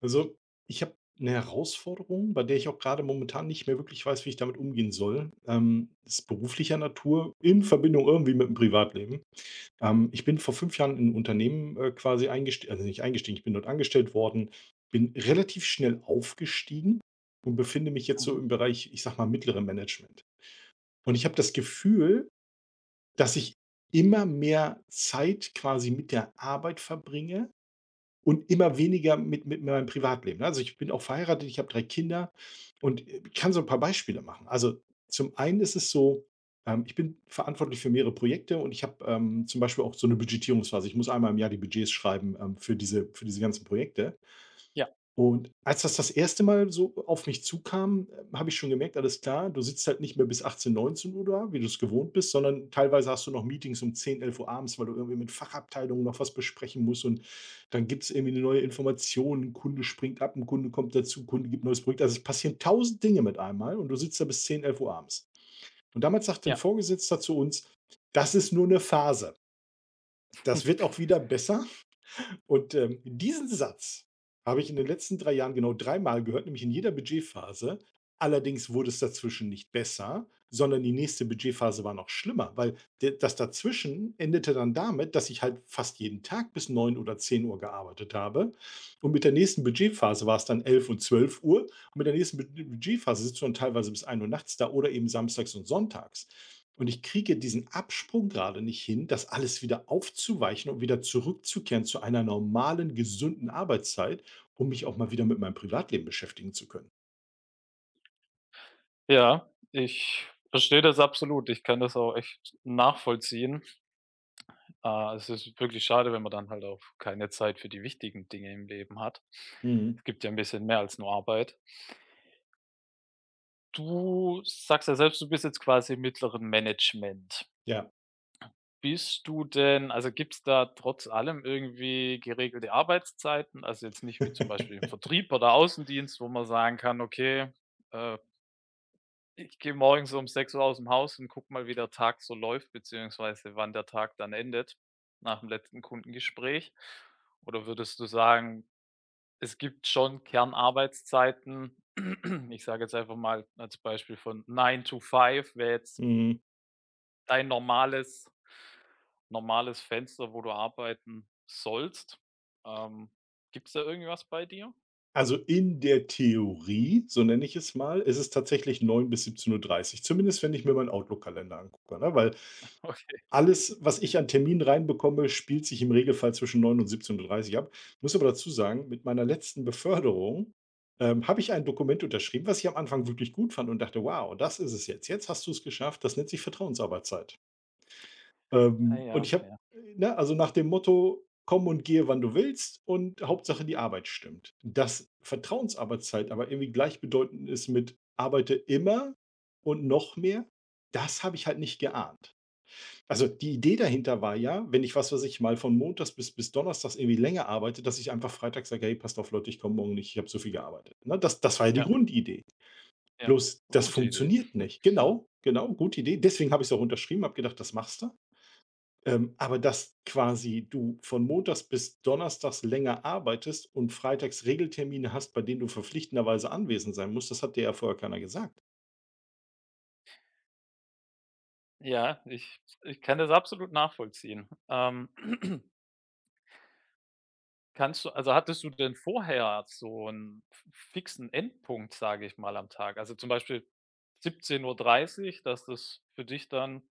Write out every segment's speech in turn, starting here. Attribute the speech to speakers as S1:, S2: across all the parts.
S1: Also, ich habe eine Herausforderung, bei der ich auch gerade momentan nicht mehr wirklich weiß, wie ich damit umgehen soll. Ist beruflicher Natur in Verbindung irgendwie mit dem Privatleben. Ich bin vor 5 Jahren in 'n Unternehmen, quasi eingest also nicht eingestiegen, ich bin dort angestellt worden, bin relativ schnell aufgestiegen und befinde mich jetzt
S2: Mhm.
S1: so im Bereich, ich sage mal, mittleren Management. Und ich habe das Gefühl, dass ich immer mehr Zeit quasi mit der Arbeit verbringe und immer weniger mit meinem Privatleben, ne? Also, ich bin auch verheiratet, ich habe 3 Kinder und, kann so ein paar Beispiele machen. Also, zum einen ist es so, ich bin verantwortlich für mehrere Projekte und ich habe, zum Beispiel auch so eine Budgetierungsphase. Ich muss einmal im Jahr die Budgets schreiben, für diese ganzen Projekte.
S2: Ja,
S1: Und als das erste Mal so auf mich zukam, habe ich schon gemerkt, alles klar, du sitzt halt nicht mehr bis 18, 19 da, wie du es gewohnt bist, sondern teilweise hast du noch Meetings um 10, 11 abends, weil du irgendwie mit Fachabteilungen noch was besprechen musst und dann gibt's irgendwie 'ne neue Information, ein Kunde springt ab, ein Kunde kommt dazu, 'n Kunde gibt 'n neues Projekt. Also, es passieren tausend Dinge mit einmal und du sitzt da bis 10, 11 abends. Und damals sagte ein
S2: ja,
S1: Vorgesetzter zu uns: „Das ist nur eine Phase. Das wird auch wieder besser.“ und diesen Satz habe ich in den letzten 3 Jahren genau dreimal gehört, nämlich in jeder Budgetphase. Allerdings wurde es dazwischen nicht besser, sondern die nächste Budgetphase war noch schlimmer, weil d das dazwischen endete dann damit, dass ich halt fast jeden Tag bis 9 oder 10 Uhr gearbeitet habe. Und mit der nächsten Budgetphase war es dann 11 und 12 Uhr. Und mit der nächsten Budgetphase sitzt du dann teilweise bis 1 Uhr nachts da oder eben samstags und sonntags. Und ich kriege diesen Absprung gerade nicht hin, das alles wieder aufzuweichen und wieder zurückzukehren zu einer normalen, gesunden Arbeitszeit, um mich auch mal wieder mit meinem Privatleben beschäftigen zu können.
S2: ja. Ich verstehe das absolut. Ich kann das auch echt nachvollziehen. Es ist wirklich schade, wenn man dann halt auch keine Zeit für die wichtigen Dinge im Leben hat.
S1: Mhm.
S2: Es gibt ja ein bisschen mehr als nur Arbeit. Du sagst ja selbst, du bist jetzt quasi im mittleren Management.
S1: Ja.
S2: Bist du denn also, Gibt es da trotz allem irgendwie geregelte Arbeitszeiten? Also, jetzt nicht wie zum Beispiel im Vertrieb oder Außendienst, wo man sagen kann: „Okay, äh, ich gehe morgens um sechs Uhr aus dem Haus und gucke mal, wie der Tag so läuft, beziehungsweise wann der Tag dann endet, nach dem letzten Kundengespräch. Oder würdest du sagen, es gibt schon Kernarbeitszeiten? Ich sage jetzt einfach mal als Beispiel von Nine to Five wäre jetzt
S1: Mhm.
S2: dein normales Fenster, wo du arbeiten sollst. Ähm, Gibt es da irgendwas bei dir?
S1: Also in der Theorie, so nenne ich es mal, ist es tatsächlich 9 bis siebzehn Uhr dreißig. Zumindest wenn ich mir meinen Outlook-Kalender angucke, ne? Weil
S2: Okay.
S1: alles, was ich an Terminen reinbekomme, spielt sich im Regelfall zwischen 9 und 17:30 Uhr ab. Muss aber dazu sagen, mit meiner letzten Beförderung, habe ich ein Dokument unterschrieben, was ich am Anfang wirklich gut fand und dachte: „Wow, das ist es jetzt. Jetzt hast du es geschafft.“ Das nennt sich Vertrauensarbeitszeit.
S2: Ah
S1: Und
S2: ja,
S1: ich habe,
S2: ja.
S1: ne, also nach dem Motto: „Komm und gehe, wann du willst und Hauptsache die Arbeit stimmt.“ Dass Vertrauensarbeitszeit aber irgendwie gleichbedeutend ist mit arbeite immer und noch mehr, das habe ich halt nicht geahnt. Also, die Idee dahinter war ja, wenn ich, was ich, mal von montags bis donnerstags irgendwie länger arbeite, dass ich einfach freitags sage: „Hey, passt auf Leute, ich komme morgen nicht, ich habe so viel gearbeitet.“ Ne, das war ja die
S2: Ja,
S1: Grundidee.
S2: ja.
S1: Bloß das
S2: Gute Idee.
S1: funktioniert nicht. Genau, genau, gute Idee. Deswegen habe ich es auch unterschrieben, habe gedacht, das machst du. Aber dass quasi du von montags bis donnerstags länger arbeitest und freitags Regeltermine hast, bei denen du verpflichtenderweise anwesend sein musst, das hat dir ja vorher keiner gesagt.
S2: Ja, ich kann das absolut nachvollziehen. Hattest du denn vorher so einen f fixen Endpunkt, sage ich mal, am Tag? Also, zum Beispiel siebzehn Uhr dreißig, dass das für dich dann,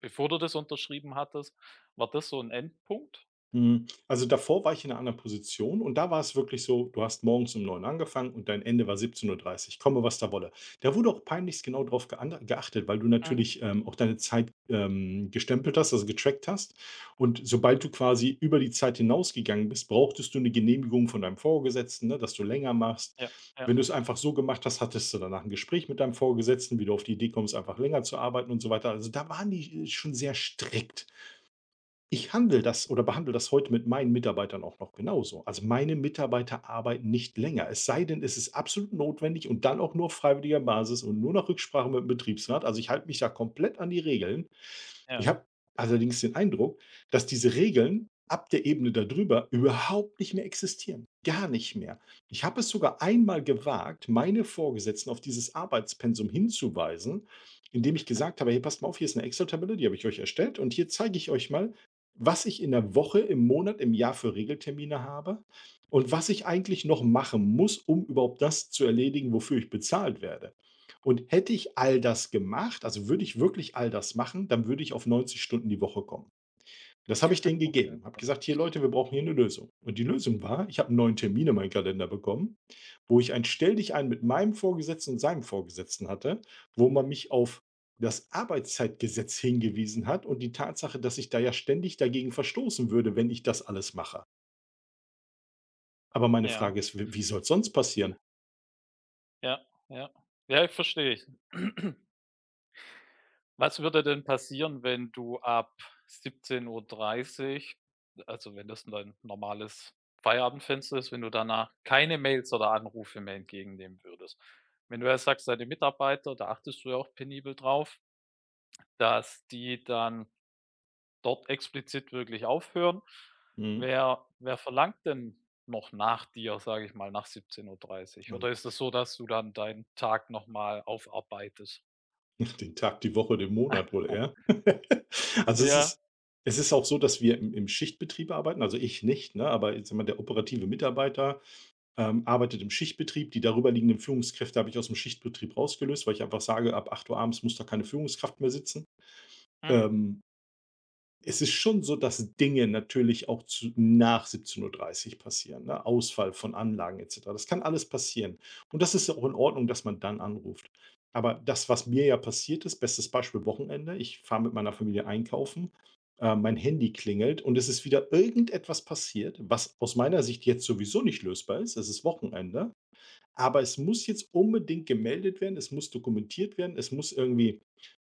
S2: bevor du das unterschrieben hattest, war das so ein Endpunkt?
S1: Also davor war ich in einer anderen Position und da war es wirklich so, du hast morgens um 9 angefangen und dein Ende war 17:30, komme was da wolle. Da wurde auch peinlichst genau drauf geander geachtet, weil du
S2: Mhm.
S1: natürlich, auch deine Zeit, gestempelt hast, also getrackt hast. Und sobald du quasi über die Zeit hinausgegangen bist, brauchtest du eine Genehmigung von deinem Vorgesetzten, ne, dass du länger machst.
S2: Ja, ja,
S1: Wenn du es einfach so gemacht hast, hattest du danach ein Gespräch mit deinem Vorgesetzten, wie du auf die Idee kommst, einfach länger zu arbeiten und so weiter. Also, da waren die, schon sehr strikt. Ich handle das oder behandle das heute mit meinen Mitarbeitern auch noch genauso. Also meine Mitarbeiter arbeiten nicht länger. Es sei denn, es ist absolut notwendig und dann auch nur auf freiwilliger Basis und nur nach Rücksprache mit dem Betriebsrat. Also ich halte mich da komplett an die Regeln. Ich
S2: ja.
S1: habe allerdings den Eindruck, dass diese Regeln ab der Ebene darüber überhaupt nicht mehr existieren. Gar nicht mehr. Ich habe es sogar einmal gewagt, meine Vorgesetzten auf dieses Arbeitspensum hinzuweisen, indem ich gesagt habe, hey, passt mal auf, hier ist eine Excel-Tabelle, die habe ich euch erstellt und hier zeige ich euch mal, was ich in der Woche, im Monat, im Jahr für Regeltermine habe und was ich eigentlich noch machen muss, um überhaupt das zu erledigen, wofür ich bezahlt werde. Und hätte ich all das gemacht, also würde ich wirklich all das machen, dann würde ich auf 90 Stunden die Woche kommen. Das habe ich denen
S2: Okay,
S1: gegeben. Habe
S2: ja.
S1: gesagt, hier Leute, wir brauchen hier eine Lösung. Und die Lösung war, ich habe einen neuen Termin in meinen Kalender bekommen, wo ich ein Stell dich ein mit meinem Vorgesetzten und seinem Vorgesetzten hatte, wo man mich auf das Arbeitszeitgesetz hingewiesen hat und die Tatsache, dass ich da ja ständig dagegen verstoßen würde, wenn ich das alles mache. Aber meine
S2: Ja,
S1: Frage ist, wie soll es sonst passieren?
S2: ja, ja. Ja, verstehe ich. Was würde denn passieren, wenn du ab 17:30, also, wenn das dein normales Feierabendfenster ist, wenn du danach keine Mails oder Anrufe mehr entgegennehmen würdest? Wenn du ja sagst, deine Mitarbeiter, da achtest du ja auch penibel drauf, dass die dann dort explizit wirklich aufhören.
S1: Mhm.
S2: Wer verlangt denn noch nach dir, sage ich mal, nach 17:30?
S1: Also,
S2: Oder ist es so, dass du dann deinen Tag noch mal aufarbeitest?
S1: den Tag, die Woche, den Monat wohl eher. Also, es ist
S2: Ja,
S1: es ist auch so, dass wir im Schichtbetrieb arbeiten, also ich nicht, ne, aber jetzt sage mal, der operative Mitarbeiter, arbeitet im Schichtbetrieb. Die darüber liegenden Führungskräfte habe ich aus dem Schichtbetrieb rausgelöst, weil ich einfach sage, ab 8 Uhr abends muss da keine Führungskraft mehr sitzen.
S2: mhm,
S1: Ähm es ist schon so, dass Dinge natürlich auch zu nach 17:30 Uhr passieren, ne? Ausfall von Anlagen et cetera. Das kann alles passieren. Und das ist ja auch in Ordnung, dass man dann anruft. Aber das, was mir ja passiert ist, bestes Beispiel Wochenende, ich fahre mit meiner Familie einkaufen, mein Handy klingelt und es ist wieder irgendetwas passiert, was aus meiner Sicht jetzt sowieso nicht lösbar ist. Es ist Wochenende, aber es muss jetzt unbedingt gemeldet werden, es muss dokumentiert werden, es muss irgendwie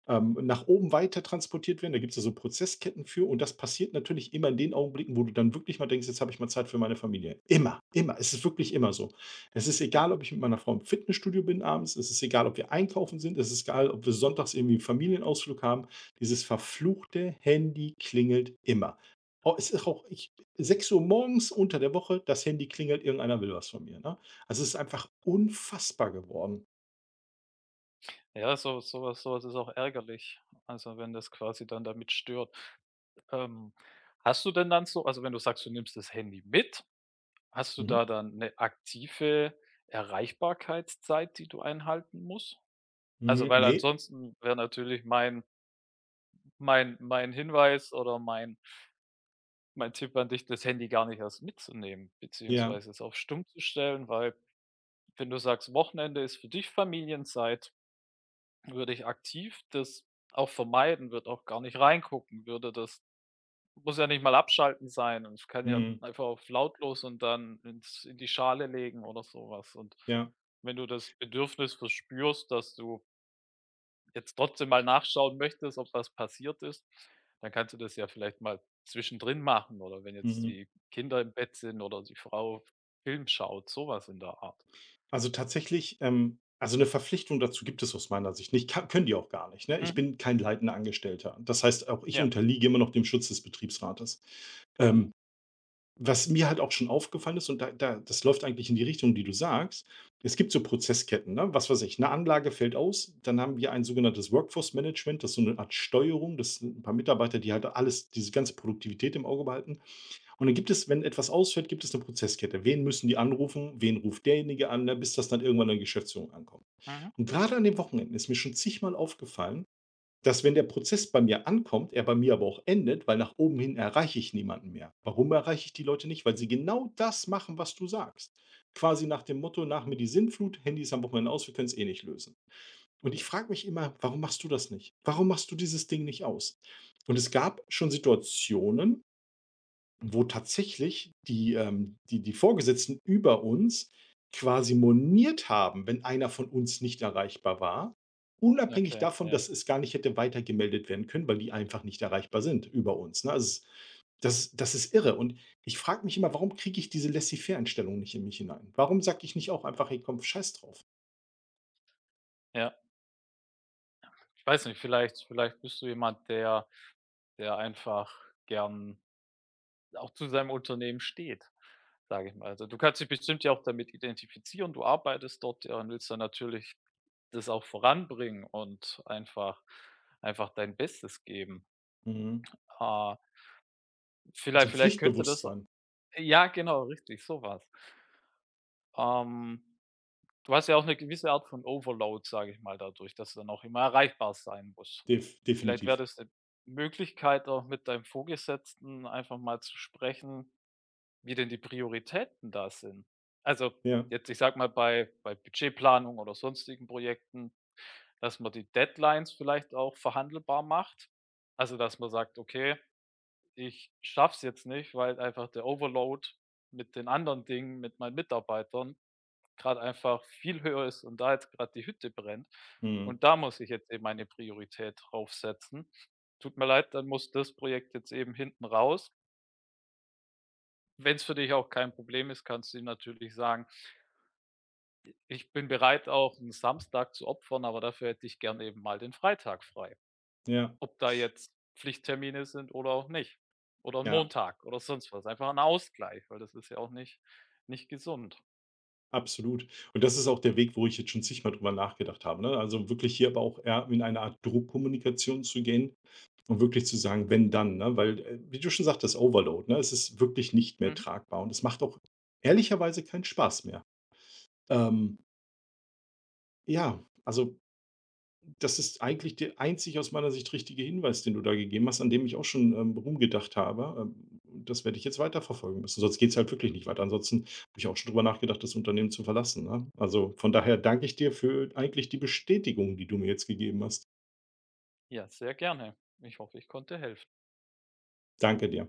S1: nach oben weiter transportiert werden. Da gibt's ja so Prozessketten für und das passiert natürlich immer in den Augenblicken, wo du dann wirklich mal denkst: „Jetzt habe ich mal Zeit für meine Familie.“ Immer, immer. Es ist wirklich immer so. Es ist
S2: ja.
S1: egal, ob ich mit meiner Frau im Fitnessstudio bin abends, es ist egal, ob wir einkaufen sind, es ist egal, ob wir sonntags irgendwie 'n Familienausflug haben. Dieses verfluchte Handy klingelt immer. Oh, es ist auch ich 6 Uhr morgens unter der Woche, das Handy klingelt, irgendeiner will was von mir, ne? Also, es ist einfach unfassbar geworden.
S2: Ja, so was ist auch ärgerlich, also, wenn das quasi dann damit stört. Ähm, hast du denn dann so also, wenn du sagst, du nimmst das Handy mit, hast du da
S1: Mhm.
S2: dann eine aktive Erreichbarkeitszeit, die du einhalten musst? Also,
S1: Mhm.
S2: weil
S1: Ne.
S2: ansonsten wäre natürlich mein Hinweis oder mein Tipp an dich, das Handy gar nicht erst mitzunehmen
S1: Ja.
S2: beziehungsweise es auf stumm zu stellen, weil, wenn du sagst, Wochenende ist für dich Familienzeit, würde ich aktiv das auch vermeiden, würde auch gar nicht reingucken, würde das muss ja nicht mal abschalten sein und ich kann ja
S1: Mhm.
S2: einfach auf lautlos und dann ins in die Schale legen oder sowas. Und
S1: Ja.
S2: wenn du das Bedürfnis verspürst, dass du jetzt trotzdem mal nachschauen möchtest, ob was passiert ist, dann kannst du das ja vielleicht mal zwischendrin machen oder wenn jetzt
S1: Mhm.
S2: die Kinder im Bett sind oder die Frau Film schaut, so in der Art.
S1: Also tatsächlich, also eine Verpflichtung dazu gibt es aus meiner Sicht nicht. Ka können die auch gar nicht, ne? Ich
S2: Mhm.
S1: bin kein leitender Angestellter. Das heißt, auch ich
S2: Ja,
S1: unterliege immer noch dem Schutz des Betriebsrates.
S2: ja.
S1: Ähm, was mir halt auch schon aufgefallen ist und da das läuft eigentlich in die Richtung, die du sagst. Es gibt so Prozessketten, ne? Was weiß ich, eine Anlage fällt aus, dann haben wir ein sogenanntes Workforce Management, das ist so eine Art Steuerung, das sind 'n paar Mitarbeiter, die halt alles diese ganze Produktivität im Auge behalten. Und dann gibt es, wenn etwas ausfällt, gibt es eine Prozesskette. Wen müssen die anrufen? Wen ruft derjenige an, ne, bis das dann irgendwann in der Geschäftsführung ankommt.
S2: Mhm.
S1: Und gerade an den Wochenenden ist mir schon zigmal aufgefallen, dass, wenn der Prozess bei mir ankommt, er bei mir aber auch endet, weil nach oben hin erreiche ich niemanden mehr. Warum erreiche ich die Leute nicht? Weil sie genau das machen, was du sagst. Quasi nach dem Motto: „Nach mir die Sinnflut, Handy ist am Wochenende aus, wir können es eh nicht lösen.“ Und ich frage mich immer: „Warum machst du das nicht? Warum machst du dieses Ding nicht aus?“ Und es gab schon Situationen, wo tatsächlich die Vorgesetzten über uns quasi moniert haben, wenn einer von uns nicht erreichbar war, unabhängig
S2: Okay,
S1: davon,
S2: ja,
S1: dass es gar nicht hätte weitergemeldet werden können, weil die einfach nicht erreichbar sind über uns, ne? Also, das ist irre und ich frage mich immer, warum kriege ich diese Laissez-faire-Einstellung nicht in mich hinein? Warum sage ich nicht auch einfach: „Hey, komm, scheiß drauf.“
S2: ja. Ich weiß nicht, vielleicht bist du jemand, der der einfach gern auch zu seinem Unternehmen steht, sage ich mal. Also, du kannst dich bestimmt ja auch damit identifizieren. Du arbeitest dort ja und willst dann natürlich das auch voranbringen und einfach dein Bestes geben.
S1: Mhm.
S2: Ah,
S1: So
S2: vielleicht
S1: 'n
S2: vielleicht könnte das au,
S1: Pflichtbewusstsein,
S2: ja, genau, richtig, sowas. Ähm, du hast ja auch eine gewisse Art von Overload, sage ich mal, dadurch, dass du dann auch immer erreichbar sein musst.
S1: def
S2: Vielleicht wäre
S1: definitiv.
S2: das eine Möglichkeit, auch mit deinem Vorgesetzten einfach mal zu sprechen, wie denn die Prioritäten da sind. Also,
S1: Ja.
S2: jetzt, ich sage mal, bei Budgetplanung oder sonstigen Projekten, dass man die Deadlines vielleicht auch verhandelbar macht. Also, dass man sagt: „Okay, ich schaff's jetzt nicht, weil einfach der Overload mit den anderen Dingen, mit meinen Mitarbeitern, gerade einfach viel höher ist und da jetzt gerade die Hütte brennt.
S1: Mhm.
S2: Und da muss ich jetzt eben meine Priorität draufsetzen. Tut mir leid, dann muss das Projekt jetzt eben hinten raus. Wenn es für dich auch kein Problem ist, kannst du ihm natürlich sagen: „Ich bin bereit, auch einen Samstag zu opfern, aber dafür hätte ich gern eben mal den Freitag frei.“
S1: Ja,
S2: Ob da jetzt Pflichttermine sind oder auch nicht oder 'n
S1: ja.
S2: Montag oder sonst was. Einfach ein Ausgleich, weil das ist ja auch nicht gesund.
S1: Absolut. Und das ist auch der Weg, wo ich jetzt schon zigmal drüber nachgedacht habe, ne? Also, wirklich hier aber auch eher in eine Art Druckkommunikation zu gehen und wirklich zu sagen: „Wenn, dann“, ne? Weil, wie du schon sagtest, Overload, ne? Es ist wirklich nicht mehr
S2: Mhm.
S1: tragbar und es macht auch ehrlicherweise keinen Spaß mehr. Ähm, ja, also das ist eigentlich der einzig aus meiner Sicht richtige Hinweis, den du da gegeben hast, an dem ich auch schon, rumgedacht habe. Das werde ich jetzt weiterverfolgen müssen, sonst geht es halt wirklich nicht weiter. Ansonsten habe ich auch schon drüber nachgedacht, das Unternehmen zu verlassen, ne? Also, von daher danke ich dir für eigentlich die Bestätigung, die du mir jetzt gegeben hast.
S2: Ja, sehr gerne. Ich hoffe, ich konnte helfen.
S1: Danke dir.